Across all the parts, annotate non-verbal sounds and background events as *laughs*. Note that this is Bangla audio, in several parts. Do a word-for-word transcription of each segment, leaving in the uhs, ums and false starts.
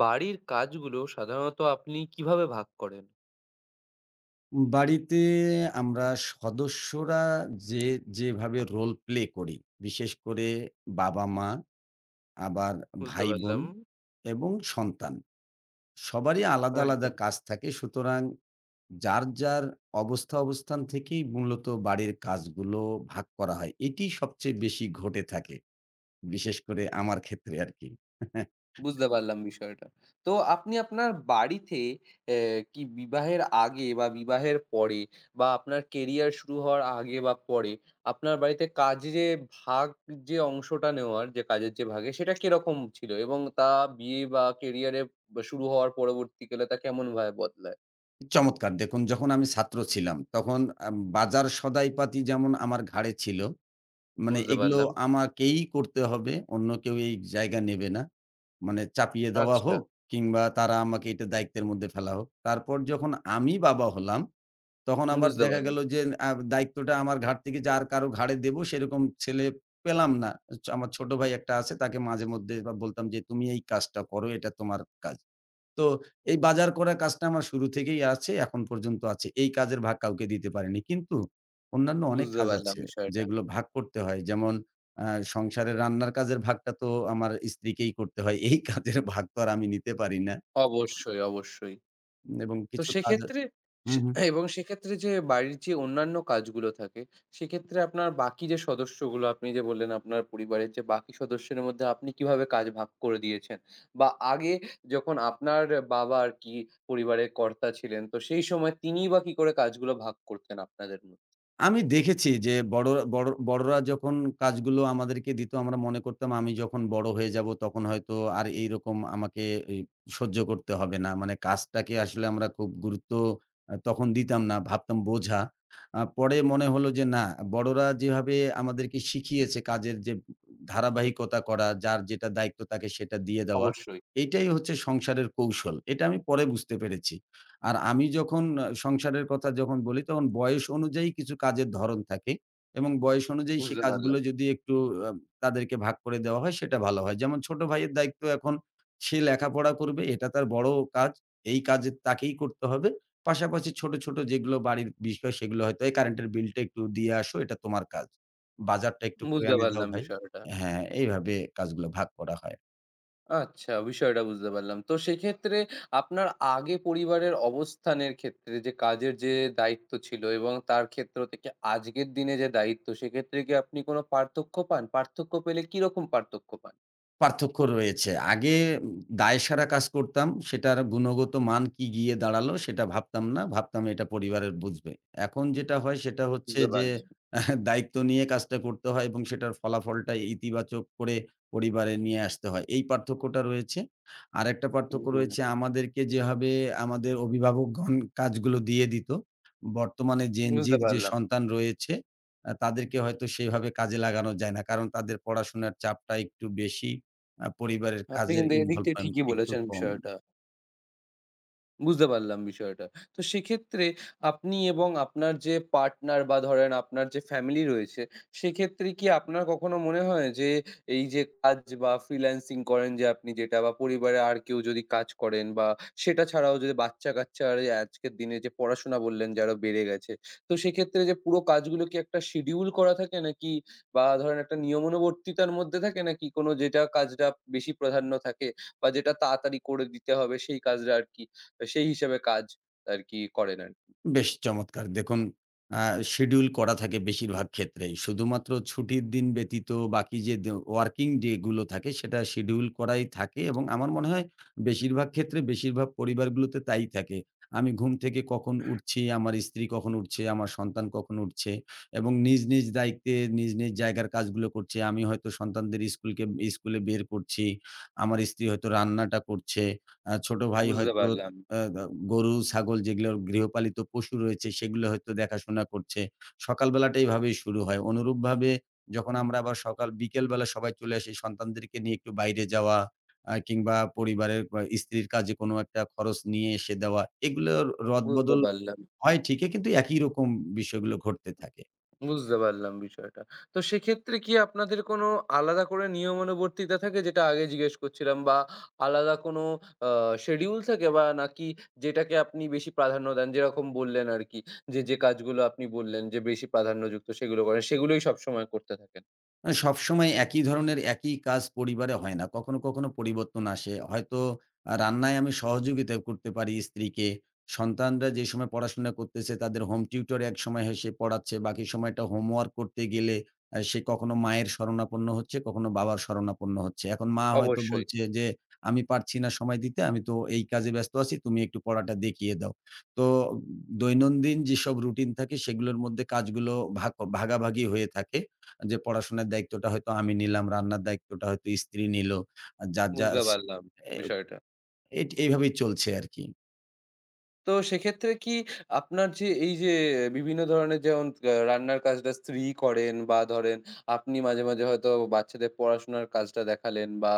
বাড়ির কাজগুলো সাধারণত আপনি কিভাবে ভাগ করেন? বাড়িতে আমরা সদস্যরা যে যেভাবে রোল প্লে করি, বিশেষ করে বাবা-মা, আবার বুঝতে ভাই-বোন পারলাম। এবং সন্তান। সবারই আ আলাদা, আলাদা কাজ থাকে। সুতরাং যার, যার অবস্থা অবস্থান থেকেই মূলত বাড়ির কাজগুলো ভাগ করা হয়। এটি সবচেয়ে বেশি ঘটে থাকে। বিশেষ করে আমার ক্ষেত্রে আরকি। *laughs* বুঝতে পারলাম বিষয়টা। তো আপনি আপনার বাড়িতে অ্যা কি বিবাহের আগে বা বিবাহের পরে বা আপনার কেরিয়ার শুরু হওয়ার আগে বা পরে আপনার বাড়িতে কাজে ভাগ যে অংশটা নেওয়ার যে কাজের যে ভাগে সেটা কিরকম ছিল? এবং তা বিয়ে বা কেরিয়ারে বা শুরু হওয়ার পরবর্তীকালে তা কেমনভাবে বদলায়? চমৎকার, দেখুন, যখন আমি ছাত্র ছিলাম তখন আ বাজার সদাইপাতি যেমন আমার ঘাড়ে ছিল, মানে বুঝতে এগুলো পারলাম। আমাকেই করতে হবে। অন্য কেউ এই জায়গা নেবে না। মানে চাপিয়ে দেওয়া আচ্ছা, হোক কিংবা তারা আমাকে এটা দায়িত্বের মধ্যে ফেলা হোক। তারপর যখন আমি বাবা হলাম, তখন আবার বুঝতে দেখা পারলাম। গেল যে আ দায়িত্বটা আমার ঘাড় থেকে যে আর কারো ঘাড়ে দেব সেরকম ছেলে পেলাম না। আমার ছোট ভাই একটা আছে, তাকে মাঝে মধ্যে বা বলতাম যে, "তুমি এই কাজটা করো, এটা তোমার কাজ।" তো এই বাজার করার কাজটা আমার শুরু থেকেই আছে, এখন পর্যন্ত আছে। এই কাজের ভাগ কাউকে দিতে পারিনি। কিন্তু অন্যান্য অনেক বুঝতে কাজ পারলাম আছে বিষয়টা। যেগুলো ভাগ করতে হয়। যেমন আ সংসারের রান্নার কাজের ভাগটা তো আমার স্ত্রীকেই করতে হয়। এই কাজের ভাগ তো আর আমি নিতে পারি না। অবশ্যই, অবশ্যই। উম, এবং তো কিছু কাজ। সেক্ষেত্রে হুম, সে হুম। এবং সেক্ষেত্রে যে বাড়ির যে অন্যান্য কাজগুলো থাকে, সেক্ষেত্রে আপনার বাকি যে সদস্যগুলো আপনি যে বললেন আপনার পরিবারের যে বাকি সদস্যের মধ্যে আপনি কিভাবে কাজ ভাগ করে দিয়েছেন? বা আগে যখন আপনার বাবা আর কি পরিবারের কর্তা ছিলেন, তো সেই সময় তিনিই বা কি করে কাজগুলো ভাগ করতেন আপনাদের মধ্যে? আমি দেখেছি যে বড় বড় বড়রা যখন কাজগুলো আমাদেরকে দিত আমরা মনে করতাম আমি যখন বড় হয়ে যাব তখন হয়তো আর এইরকম আমাকে এই সহ্য করতে হবে না। মানে কাজটাকে আসলে আমরা খুব গুরুত্ব আ তখন দিতাম না, ভাবতাম বোঝা। আ পরে মনে হলো যে না, বড়রা যেভাবে আমাদেরকে শিখিয়েছে কাজের যে ধারাবাহিকতা করা, যার যেটা দায়িত্ব তাকে সেটা দিয়ে দেওয়া, অবশ্যই। এটাই হচ্ছে সংসারের কৌশল। এটা আমি পরে বুঝতে পেরেছি। আর আমি যখন আ সংসারের কথা যখন বলি তখন বয়স অনুযায়ী কিছু কাজের ধরন থাকে এবং বয়স অনুযায়ী সে বুঝতে কাজগুলো পারলাম, যদি একটু আ তাদেরকে ভাগ করে দেওয়া হয় সেটা ভালো হয়। যেমন ছোট ভাইয়ের দায়িত্ব এখন সে লেখাপড়া করবে, এটা তার বড় কাজ। এই কাজ তাকেই করতে হবে। পাশাপাশি ছোট, ছোট যেগুলো বাড়ির বিষয় সেগুলো হয়তো, এই কারেন্টের বিলটা একটু দিয়ে আসো এটা তোমার কাজ। বাজারটা একটু করে বুঝতে এনে দাও পারলাম ভাই। বিষয়টা। হ্যাঁ, এইভাবে কাজগুলো ভাগ করা হয়। আচ্ছা, বিষয়টা বুঝতে পারলাম। তো সেক্ষেত্রে আপনার আগে পরিবারের অবস্থানের ক্ষেত্রে যে কাজের যে দায়িত্ব ছিল এবং তার ক্ষেত্র থেকে আজকের দিনে যে দায়িত্ব, সেক্ষেত্রে কি আপনি কোনো পার্থক্য পান? পার্থক্য পেলে কিরকম পার্থক্য পান? পার্থক্য রয়েছে। আগে উম দায়সারা কাজ করতাম, সেটার গুণগত মান কি গিয়ে দাঁড়ালো সেটা ভাবতাম না। ভাবতাম এটা পরিবারের বুঝবে। এখন যেটা হয় সেটা হচ্ছে বুঝতে যে পারলাম। *laughs* আহ, দায়িত্ব নিয়ে কাজটা করতে হয় এবং সেটার ফলাফলটা ইতিবাচক করে পরিবারে নিয়ে আসতে হয়। এই পার্থক্যটা রয়েছে। আরেকটা পার্থক্য হুম, রয়েছে, আমাদেরকে যেভাবে আমাদের অভিভাবকগণ কাজগুলো দিয়ে দিত, বর্তমানে জেন বুঝতে জির যে পারলাম। সন্তান রয়েছে আ তাদেরকে হয়তো সেভাবে কাজে লাগানো যায় না। কারণ তাদের পড়াশোনার চাপটা একটু বেশি। আ পরিবারের আপনি কাজের কিন্তু এদিক থেকে ইনভলভমেন্ট ঠিকই একটু বলেছেন কম। বিষয়টা। বুঝতে পারলাম বিষয়টা। তো সেক্ষেত্রে আপনি এবং আপনার যে পার্টনার বা ধরেন আপনার যে ফ্যামিলি রয়েছে, সেক্ষেত্রে কি আপনার কখনো মনে হয় যে এই যে কাজ বা ফ্রিল্যান্সিং করেন যে আপনি যেটা বা পরিবারে আর কেউ যদি কাজ করেন বা সেটা ছাড়াও যদি বাচ্চা-কাচ্চার এই আজকের দিনে যে পড়াশোনা বললেন যে আরো বেড়ে গেছে। তো সেক্ষেত্রে যে পুরো কাজগুলো কি একটা শিডিউল করা থাকে নাকি বা ধরেন একটা নিয়মানুবর্তিতার মধ্যে থাকে নাকি কোনো যেটা কাজটা বেশি প্রাধান্য থাকে বা যেটা তাড়াতাড়ি করে দিতে হবে সেই কাজটা আর কি? সেই হিসেবে কাজ আরকি করেন আরকি। বেশ চমৎকার! দেখুন, আ শিডিউল করা থাকে বেশিরভাগ ক্ষেত্রেই। শুধুমাত্র ছুটির দিন ব্যতীত বাকি যে দ ওয়ার্কিং ডে গুলো থাকে সেটা শিডিউল করাই থাকে এবং আমার মনে হয় বেশিরভাগ ক্ষেত্রে বেশিরভাগ পরিবারগুলোতে তাই থাকে। আমি ঘুম থেকে কখন উঠছি, আমার স্ত্রী কখন উঠছে, আমার সন্তান কখন উঠছে এবং নিজ, নিজ দায়িত্বে নিজ, নিজ জায়গার কাজগুলো করছে। আমি হয়তো সন্তানদের স্কুলকে স্কুলে বের করছি। আমার স্ত্রী হয়তো রান্নাটা করছে। আ ছোট ভাই বুঝতে হয়তো পারলাম, আ গা গরু, ছাগল যেগুলো গৃহপালিত পশু রয়েছে সেগুলো হয়তো দেখাশোনা করছে। সকালবেলাটা এভাবেই শুরু হয়। অনুরূপভাবে যখন আমরা আবার সকাল বিকেলবেলা সবাই চলে আসি, সন্তানদেরকে নিয়ে একটু বাইরে যাওয়া আ কিংবা পরিবারের বা স্ত্রীর কাজে কোনো একটা খরচ নিয়ে এসে দেওয়া, এগুলোর বুঝতে রদবদল পারলাম, হয় ঠিকই কিন্তু একই রকম বিষয়গুলো ঘটতে থাকে। বুঝতে পারলাম বিষয়টা। তো সেক্ষেত্রে কি আপনাদের কোনো আলাদা করে নিয়মানুবর্তিতা থাকে যেটা আগে জিজ্ঞেস করছিলাম বা আলাদা কোনো আ শিডিউল থাকে বা নাকি যেটাকে আপনি বেশি প্রাধান্য দেন যেরকম বললেন আরকি যে, যে কাজগুলো আপনি বললেন যে বেশি প্রাধান্যযুক্ত সেগুলো করেন সেগুলোই সবসময় করতে থাকেন? আ সবসময় একই ধরনের একই কাজ পরিবারে হয় না। কখনো, কখনো পরিবর্তন আসে। হয়তো আ রান্নায় আমি সহযোগিতা করতে পারি স্ত্রীকে। সন্তানরা যে সময় পড়াশোনা করতেছে তাদের হোম টিউটর একসময় এসে পড়াচ্ছে। বাকি সময়টা হোমওয়ার্ক করতে গেলে আ সে কখনো মায়ের শরণাপন্ন হচ্ছে, কখনো বাবার শরণাপন্ন হচ্ছে। এখন মা হয়তো অবশ্যই, বলছে যে, "আমি পারছি না সময় দিতে। আমি তো এই কাজে ব্যস্ত আছি। তুমি একটু পড়াটা দেখিয়ে দাও।" তো দৈনন্দিন যেসব রুটিন থাকে সেগুলোর মধ্যে কাজগুলো ভাগ ভাগাভাগি হয়ে থাকে। যে পড়াশোনার দায়িত্বটা হয়তো আমি নিলাম, রান্নার দায়িত্বটা হয়তো স্ত্রী নিল। আর যার, যা বুঝতে স পারলাম এ বিষয়টা। এট এইভাবেই চলছে আরকি। তো সেক্ষেত্রে কি আপনার যে এই যে বিভিন্ন ধরনের যেমন আ রান্নার কাজটা স্ত্রী করেন বা ধরেন আপনি মাঝে, মাঝে হয়তো বাচ্চাদের পড়াশোনার কাজটা দেখালেন বা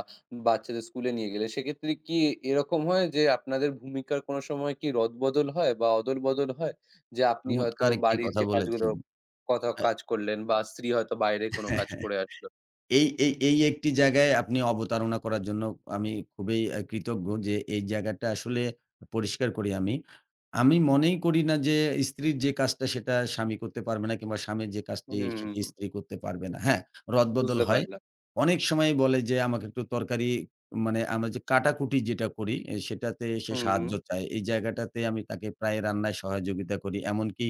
বাচ্চাদের স্কুলে নিয়ে গেলেন। সেক্ষেত্রে কি এরকম হয় যে আপনাদের ভূমিকার কোনো সময় কি রদবদল হয় বা অদল-বদল হয়? যে আপনি হয়তো চমৎকার একটি বাড়ির কথা যে কাজগুলো বলেছেন। কথা কাজ করলেন বা স্ত্রী হয়তো বাইরে কোনো কাজ *laughs* আ করে আসলো। এই এই এই একটি জায়গায় আপনি অবতারণা করার জন্য আমি খুবই আ কৃতজ্ঞ যে এই জায়গাটা আসলে পরিষ্কার করি আমি। আমি মনেই করি না যে স্ত্রীর যে কাজটা সেটা স্বামী করতে পারবে না কিংবা স্বামীর যে কাজটি সেটি হুম, স্ত্রী করতে পারবে না। হ্যাঁ, রদবদল বুঝতে হয়। পারলাম। অনেক সময় বলে যে আমাকে একটু তরকারি, মানে আমরা যে কাটাকুটি যেটা করি এ সেটাতে সে হুম, হুম, সাহায্য চায়। এই জায়গাটাতে আমি তাকে প্রায় রান্নায় সহযোগিতা করি। এমনকি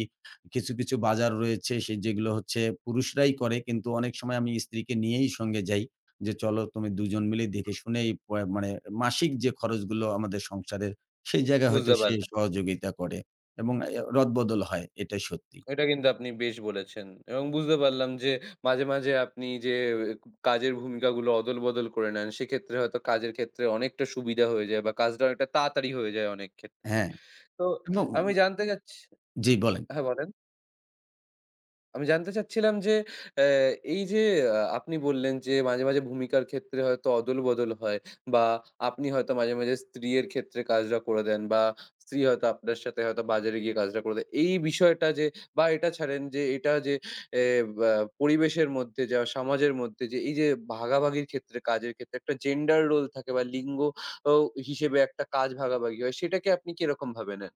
কিছু, কিছু বাজার রয়েছে সে যেগুলো হচ্ছে পুরুষরাই করে, কিন্তু অনেক সময় আমি স্ত্রীকে নিয়েই সঙ্গে যাই। যে, চলো তুমি দুজন মিলেই দেখে শুনেই পয়, মানে মাসিক যে খরচগুলো আমাদের সংসারের, সেই জায়গায় হয়তো বুঝতে সে পারলাম। সহযোগিতা করে এবং এ রদবদল হয়। এটাই সত্যি। এটা কিন্তু আপনি বেশ বলেছেন এবং বুঝতে পারলাম যে মাঝে, মাঝে আপনি যে কাজের ভূমিকাগুলো অদল-বদল করে নেন, সেক্ষেত্রে হয়তো কাজের ক্ষেত্রে অনেকটা সুবিধা হয়ে যায় বা কাজটা অনেকটা তাড়াতাড়ি হয়ে যায় অনেক ক্ষেত্রে। হ্যাঁ? তো এবং, আমি জানতে চাচ্ছি জি বলেন। হ্যাঁ, বলেন। আমি জানতে চাচ্ছিলাম যে, অ্যা এই যে আ আপনি বললেন যে, মাঝে, মাঝে ভূমিকার ক্ষেত্রে হয়তো অদল-বদল হয় বা আপনি হয়তো মাঝে, মাঝে স্ত্রীর ক্ষেত্রে কাজটা করে দেন বা স্ত্রী হয়তো আপনার সাথে হয়তো বাজারে গিয়ে কাজটা করে দেয়। এই বিষয়টা যে বা এটা ছাড়েন যে এটা যে এ বা পরিবেশের মধ্যে যা সমাজের মধ্যে যে এই যে ভাগাভাগির ক্ষেত্রে কাজের ক্ষেত্রে একটা জেন্ডার রোল থাকে বা লিঙ্গ ও হিসেবে একটা কাজ ভাগাভাগি হয় সেটাকে আপনি কিরকম ভাবে নেন?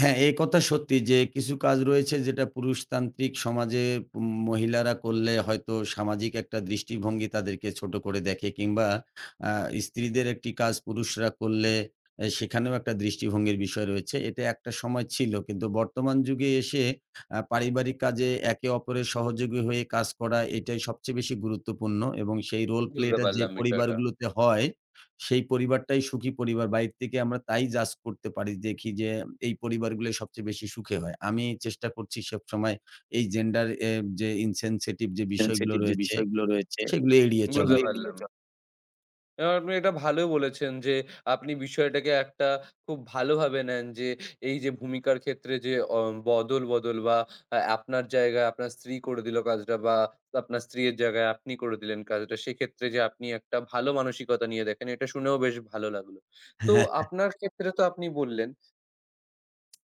হ্যাঁ, এ কথা সত্যি যে কিছু কাজ রয়েছে যেটা পুরুষতান্ত্রিক সমাজে উম মহিলারা করলে হয়তো সামাজিক একটা দৃষ্টিভঙ্গি তাদেরকে ছোট করে দেখে কিংবা আ স্ত্রীদের একটি কাজ পুরুষরা করলে এ সেখানেও একটা দৃষ্টিভঙ্গির বিষয় রয়েছে। এটা একটা সময় ছিল। কিন্তু বর্তমান যুগে এসে আ পারিবারিক কাজে একে অপরের সহযোগী হয়ে কাজ করা এটাই সবচেয়ে বেশি গুরুত্বপূর্ণ এবং সেই রোল বুঝতে প্লেটা যে পারলাম বিষয়টা। পরিবারগুলোতে হয় সেই পরিবারটাই সুখী পরিবার। বাইরে থেকে আমরা তাই জাজ করতে পারি। দেখি যে এই পরিবারগুলোই সবচেয়ে বেশি সুখী হয়। আমি চেষ্টা করছি সবসময় এই জেন্ডার এ যে insensitive যে বিষয়গুলো সেনসিটিভ যে রয়েছে বিষয়গুলো রয়েছে সেগুলো এড়িয়ে বুঝতে সেগুলো চলা। এড়িয়ে পারলাম। আ আপনি এটা ভালো বলেছেন যে, আপনি বিষয়টাকে একটা খুব ভালোভাবে নেন যে, এই যে ভূমিকার ক্ষেত্রে যে অ বদল, বদল বা আ আপনার জায়গায় আপনার স্ত্রী করে দিল কাজটা বা আপনার স্ত্রীর জায়গায় আপনি করে দিলেন কাজটা। সেক্ষেত্রে যে আপনি একটা ভালো মানসিকতা নিয়ে দেখেন, এটা শুনেও বেশ ভালো লাগলো। তো আপনার ক্ষেত্রে তো আপনি বললেন,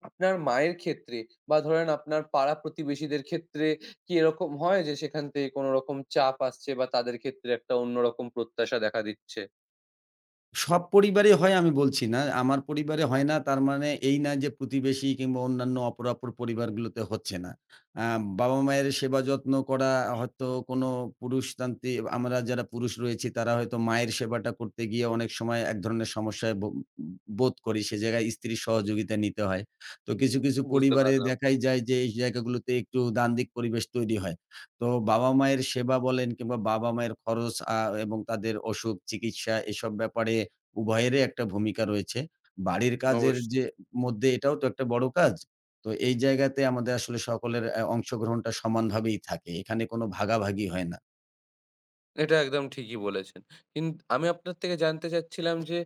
আপনার মায়ের ক্ষেত্রে বা ধরেন আপনার পাড়া প্রতিবেশীদের ক্ষেত্রে কি এরকম হয় যে, সেখান থেকে কোনরকম চাপ আসছে বা তাদের ক্ষেত্রে একটা অন্যরকম প্রত্যাশা দেখা দিচ্ছে? সব পরিবারে হয় আমি বলছি না। আমার পরিবারে হয় না, তার মানে এই না যে প্রতিবেশী কিংবা অন্যান্য অপরাপর পরিবারগুলোতে হচ্ছে না। আ বাবা-মায়ের সেবা যত্ন করা হয়তো কোনো পুরুষতান্ত্রিক, আমরা যারা পুরুষ রয়েছি তারা হয়তো মায়ের সেবাটা করতে গিয়ে অনেক সময় এক ধরনের সমস্যায় ব বোধ করি। সে জায়গায় স্ত্রীর সহযোগিতা নিতে হয়। তো কিছু, কিছু বুঝতে পরিবারে পারলাম। দেখাই যায় যে এই জায়গাগুলোতে একটু দ্বান্দ্বিক পরিবেশ তৈরি হয়। তো বাবা-মায়ের সেবা বলেন কিংবা বাবা-মায়ের খরচ, আ এবং তাদের অসুখ, চিকিৎসা এসব ব্যাপারে উভয়েরই একটা ভূমিকা রয়েছে। বাড়ির কাজের অবশ্যই। যে মধ্যে এটাও তো একটা বড় কাজ। তো এই জায়গাতে আমাদের আসলে সকলের অ্যা অংশগ্রহণটা সমানভাবেই থাকে। এখানে কোনো ভাগাভাগি হয় না। এটা একদম ঠিকই বলেছেন। কিন আমি আপনার থেকে জানতে চাচ্ছিলাম যে,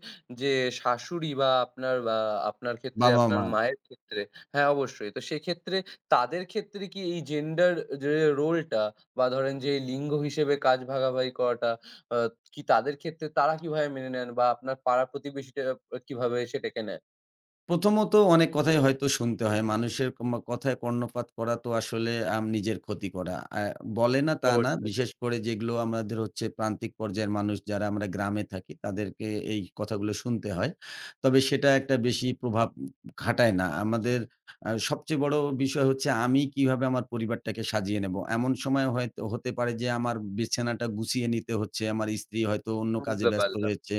যে শাশুড়ি বা আপনার বা আপনার ক্ষেত্রে আপনার বাবা-মা। মায়ের ক্ষেত্রে হ্যাঁ, অবশ্যই। তো সেক্ষেত্রে তাদের ক্ষেত্রে কি এই জেন্ডার যে রোলটা বা ধরেন যে লিঙ্গ হিসেবে কাজ ভাগাভাগি করাটা আ কি তাদের ক্ষেত্রে তারা কিভাবে মেনে নেন বা আপনার পাড়া প্রতিবেশীটা আ কিভাবে সেটাকে নেয়? প্রথমত অনেক কথাই হয়তো শুনতে হয়। মানুষের কমা কথায় কর্ণপাত করা তো আসলে আম নিজের ক্ষতি করা। আ বলে না তা না। অবশ্যই। বিশেষ করে যেগুলো আমাদের হচ্ছে প্রান্তিক পর্যায়ের মানুষ যারা আমরা গ্রামে থাকি তাদেরকে এই কথাগুলো শুনতে হয়। তবে সেটা একটা বেশি প্রভাব খাটায় না। আমাদের আ সবচেয়ে বড় বিষয় হচ্ছে আমি কিভাবে আমার পরিবারটাকে সাজিয়ে নেব। এমন সময় হয়তো হতে পারে যে আমার বিছানাটা গুছিয়ে নিতে হচ্ছে। আমার স্ত্রী হয়তো অন্য কাজে বুঝতে ব্যস্ত পারলাম। রয়েছে।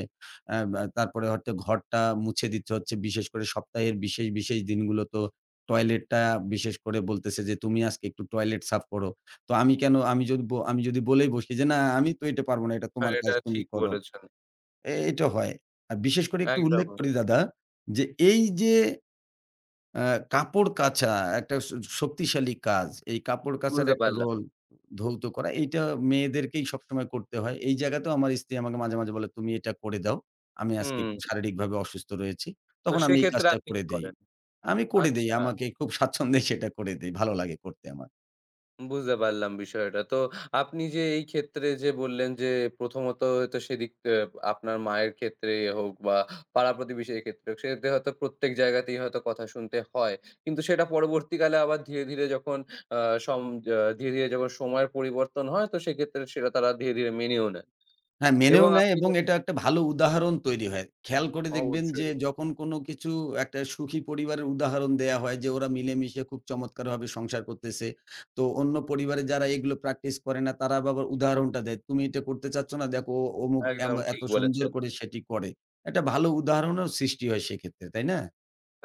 অ্যা বা তারপরে হয়তো ঘরটা মুছে দিতে হচ্ছে। বিশেষ করে সপ্তাহের বিশেষ, বিশেষ দিনগুলো তো, টয়লেটটা বিশেষ করে বলতেছে যে, "তুমি আজকে একটু টয়লেট সাফ করো।" তো আমি কেন, আমি যদি ব আমি যদি বলেই বসি যে, "না, আমি তো এটা পারব না। এটা হ্যাঁ, তোমার এটা কাজ তুমি ঠিক করো।" বলেছেন। এ এটা হয়। আর বিশেষ করে একটু উল্লেখ একদম করি দাদা যে, এই যে আ কাপড় কাচা একটা স শক্তিশালী কাজ। এই কাপড় কাচার বুঝতে একটা পারলাম। রোল, ধৌত করা, এইটা মেয়েদেরকেই সবসময় করতে হয়। এই জায়গাতেও আমার স্ত্রী আমাকে মাঝে, মাঝে বলে, "তুমি এটা করে দাও। আমি আজকে হুম। একটু শারীরিকভাবে অসুস্থ রয়েছি।" তো তখন আমি এই সেক্ষেত্রে কাজটা আপনি করে কি দেই। করেন? আমি করে দেই। আচ্ছা। আমাকে খুব স্বাচ্ছন্দ্যে সেটা করে দেই। ভালো লাগে করতে আমার। বুঝতে পারলাম বিষয়টা। তো আপনি যে এই ক্ষেত্রে যে বললেন যে প্রথমত হয়তো সেদিক আ আপনার মায়ের ক্ষেত্রে হোক বা পাড়া-প্রতিবেশীর ক্ষেত্রে হোক, সেক্ষেত্রে হয়তো প্রত্যেক জায়গাতেই হয়তো কথা শুনতে হয়। কিন্তু সেটা পরবর্তীকালে আবার ধীরে, ধীরে যখন আ সম আ ধীরে, ধীরে যখন সময়ের পরিবর্তন হয় তো সেক্ষেত্রে সেটা তারা ধীরে, ধীরে মেনেও নেয় হ্যাঁ, মেনেও এবং নেয় আপনি এবং যে- এটা একটা ভালো উদাহরণ তৈরি হয়। খেয়াল করে দেখবেন যে অবশ্যই যখন কোনো কিছু, একটা সুখী পরিবারের উদাহরণ দেয়া হয় যে ওরা মিলেমিশে খুব চমৎকারভাবে সংসার করতেছে। তো অন্য পরিবারে যারা এগুলো প্র্যাকটিস করে না তারা আবার উদাহরণটা দেয়। "তুমি এটা করতে চাচ্ছ না? দেখো ও- অমুক এম একদম ঠিক এত সুন্দর বলেছেন। করে সেটি করে।" একটা ভালো উদাহরণও সৃষ্টি হয় সেক্ষেত্রে, তাই না?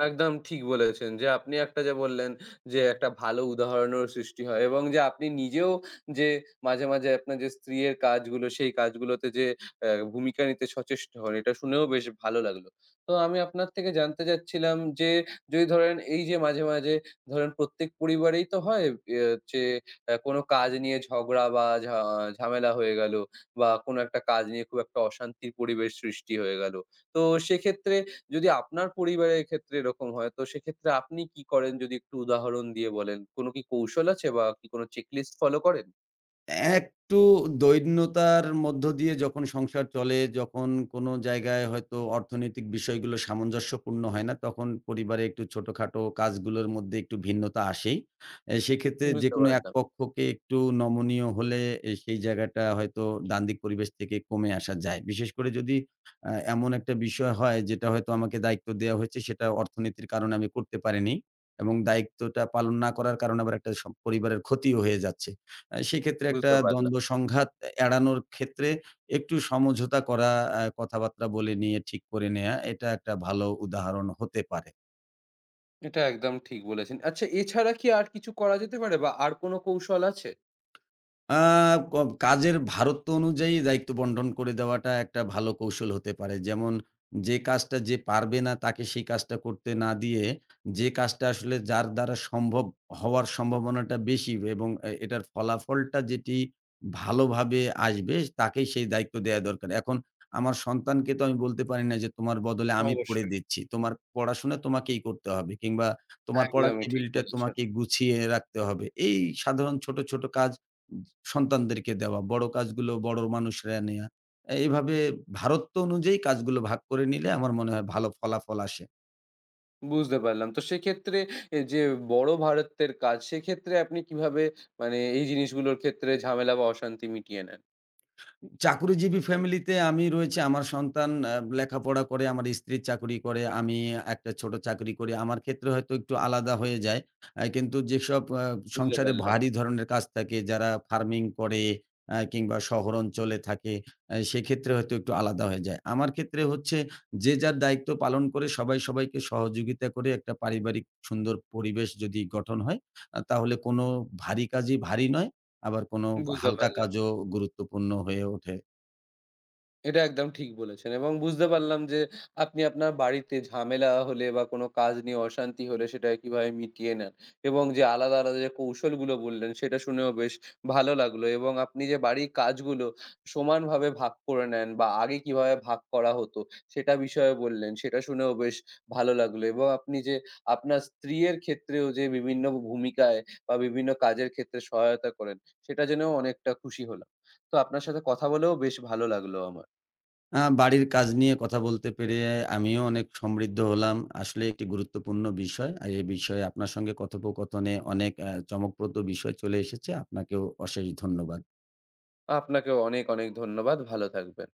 একদম ঠিক বলেছেন যে আপনি একটা যে বললেন যে একটা ভালো উদাহরণেরও সৃষ্টি হয় এবং যে আপনি নিজেও যে মাঝে, মাঝে আপনার যে স্ত্রীর কাজগুলো সেই কাজগুলোতে যে অ্যা ভূমিকা নিতে সচেষ্ট হন এটা শুনেও বেশ ভালো লাগলো। তো আমি আপনার থেকে জানতে চাচ্ছিলাম যে যদি ধরেন এই যে মাঝে, মাঝে ধরেন প্রত্যেক পরিবারেই তো হয় এ যে অ্যা কোনো কাজ নিয়ে ঝগড়া বা ঝা ঝামেলা হয়ে গেল বা কোনো একটা কাজ নিয়ে খুব একটা অশান্তির পরিবেশ সৃষ্টি হয়ে গেল। তো সেক্ষেত্রে যদি আপনার পরিবারের ক্ষেত্রে এরকম হয়, তো সেক্ষেত্রে আপনি কি করেন যদি একটু উদাহরণ দিয়ে বলেন? কোন কি কৌশল আছে বা কি কোন চেকলিস্ট ফলো করেন? একটু দৈন্যতার মধ্য দিয়ে যখন সংসার চলে, যখন কোনো জায়গায় হয়তো অর্থনৈতিক বিষয়গুলো সামঞ্জস্যপূর্ণ হয় না, তখন পরিবারে একটু ছোটখাটো কাজগুলোর মধ্যে একটু ভিন্নতা আসেই। এ সেক্ষেত্রে বুঝতে যেকোনো এক পারলাম, পক্ষকে একটু নমনীয় হলে এ সেই জায়গাটা হয়তো দ্বান্দ্বিক পরিবেশ থেকে কমে আসা যায়। বিশেষ করে যদি আ এমন একটা বিষয় হয় যেটা হয়তো আমাকে দায়িত্ব দেয়া হয়েছে সেটা অর্থনীতির কারণে আমি করতে পারিনি এবং দায়িত্বটা পালন না করার কারণে আবার একটা সম পরিবারের ক্ষতিও হয়ে যাচ্ছে। আ সেক্ষেত্রে একটা বুঝতে পারলাম। দ্বন্দ্ব সংঘাত এড়ানোর ক্ষেত্রে একটু সমঝোতা করা, আ কথাবার্তা বলে নিয়ে ঠিক করে নেয়া, এটা একটা ভালো উদাহরণ হতে পারে। এটা একদম ঠিক বলেছেন। আচ্ছা এছাড়া কি আর কিছু করা যেতে পারে বা আর কোন কৌশল আছে? আ ক কাজের ভারত্ব অনুযায়ী দায়িত্ব বন্টন করে দেওয়াটা একটা ভালো কৌশল হতে পারে। যেমন যে কাজটা যে পারবে না তাকে সেই কাজটা করতে না দিয়ে, যে কাজটা আসলে যার দ্বারা সম্ভব হওয়ার সম্ভাবনাটা বেশি এবং এ এটার ফলাফলটা যেটি ভালোভাবে আসবে তাকেই সেই দায়িত্ব দেয়া দরকার। এখন আমার সন্তানকে তো আমি বলতে পারি না যে তোমার বদলে আমি পড়ে অবশ্যই। দিচ্ছি। তোমার পড়াশোনা তোমাকেই করতে হবে কিংবা তোমার পড়ার একদমই ঠিক টেবিলটা বলেছেন। তোমাকে গুছিয়ে রাখতে হবে। এই সাধারণ ছোট, ছোট কাজ সন্তানদেরকে দেওয়া, বড় কাজগুলো বড় মানুষরা নেয়া। এ- এভাবে ভারত্ব অনুযায়ী কাজগুলো ভাগ করে নিলে আমার মনে হয় ভালো ফলাফল আসে। বুঝতে পারলাম। তো সেক্ষেত্রে এ যে বড় ভারতের কাজ, সেক্ষেত্রে আপনি কিভাবে মানে এই জিনিসগুলোর ক্ষেত্রে ঝামেলা বা অশান্তি মিটিয়ে নেন? চাকুরিজীবী ফ্যামিলিতে আমি রয়েছি। আমার সন্তান আ লেখাপড়া করে, আমার স্ত্রী চাকরি করে, আমি একটা ছোট চাকরি করি। আমার ক্ষেত্রে হয়তো একটু আলাদা হয়ে যায়। আ কিন্তু যেসব আ বুঝতে সংসারে পারলাম, ভারী ধরনের কাজ থাকে, যারা ফার্মিং করে আ কিংবা শহর অঞ্চলে থাকে, আ সেক্ষেত্রে হয়তো একটু আলাদা হয়ে যায়। আমার ক্ষেত্রে হচ্ছে যে যার দায়িত্ব পালন করে সবাই সবাইকে সহযোগিতা করে একটা পারিবারিক সুন্দর পরিবেশ যদি গঠন হয়, আ তাহলে কোনো ভারী কাজই ভারী নয়। আবার কোনো বুঝতে হালকা পারলাম। কাজও গুরুত্বপূর্ণ হয়ে ওঠে। এটা একদম ঠিক বলেছেন এবং বুঝতে পারলাম যে আপনি আপনার বাড়িতে ঝামেলা হলে বা কোনো কাজ নিয়ে অশান্তি হলে সেটা কিভাবে মিটিয়ে নেন এবং যে আলাদা, আলাদা যে কৌশলগুলো বললেন সেটা শুনেও বেশ ভালো লাগলো এবং আপনি যে বাড়ির কাজগুলো সমানভাবে ভাগ করে নেন বা আগে কিভাবে ভাগ করা হতো সেটা বিষয়ে বললেন, সেটা শুনেও বেশ ভালো লাগলো এবং আপনি যে আপনার স্ত্রীর ক্ষেত্রেও যে বিভিন্ন ভূমিকায় বা বিভিন্ন কাজের ক্ষেত্রে সহায়তা করেন সেটা জেনেও অনেকটা খুশি হলাম। তো আপনার সাথে কথা বলেও বেশ ভালো লাগলো আমার। আ বাড়ির কাজ নিয়ে কথা বলতে পেরে আমিও অনেক সমৃদ্ধ হলাম। আসলে একটি গুরুত্বপূর্ণ বিষয়। আর এ বিষয়ে আপনার সঙ্গে কথোপকথনে অনেক আ চমকপ্রদ বিষয় চলে এসেছে। আপনাকেও অশেষ ধন্যবাদ। আপনাকেও অনেক, অনেক ধন্যবাদ। ভালো থাকবেন।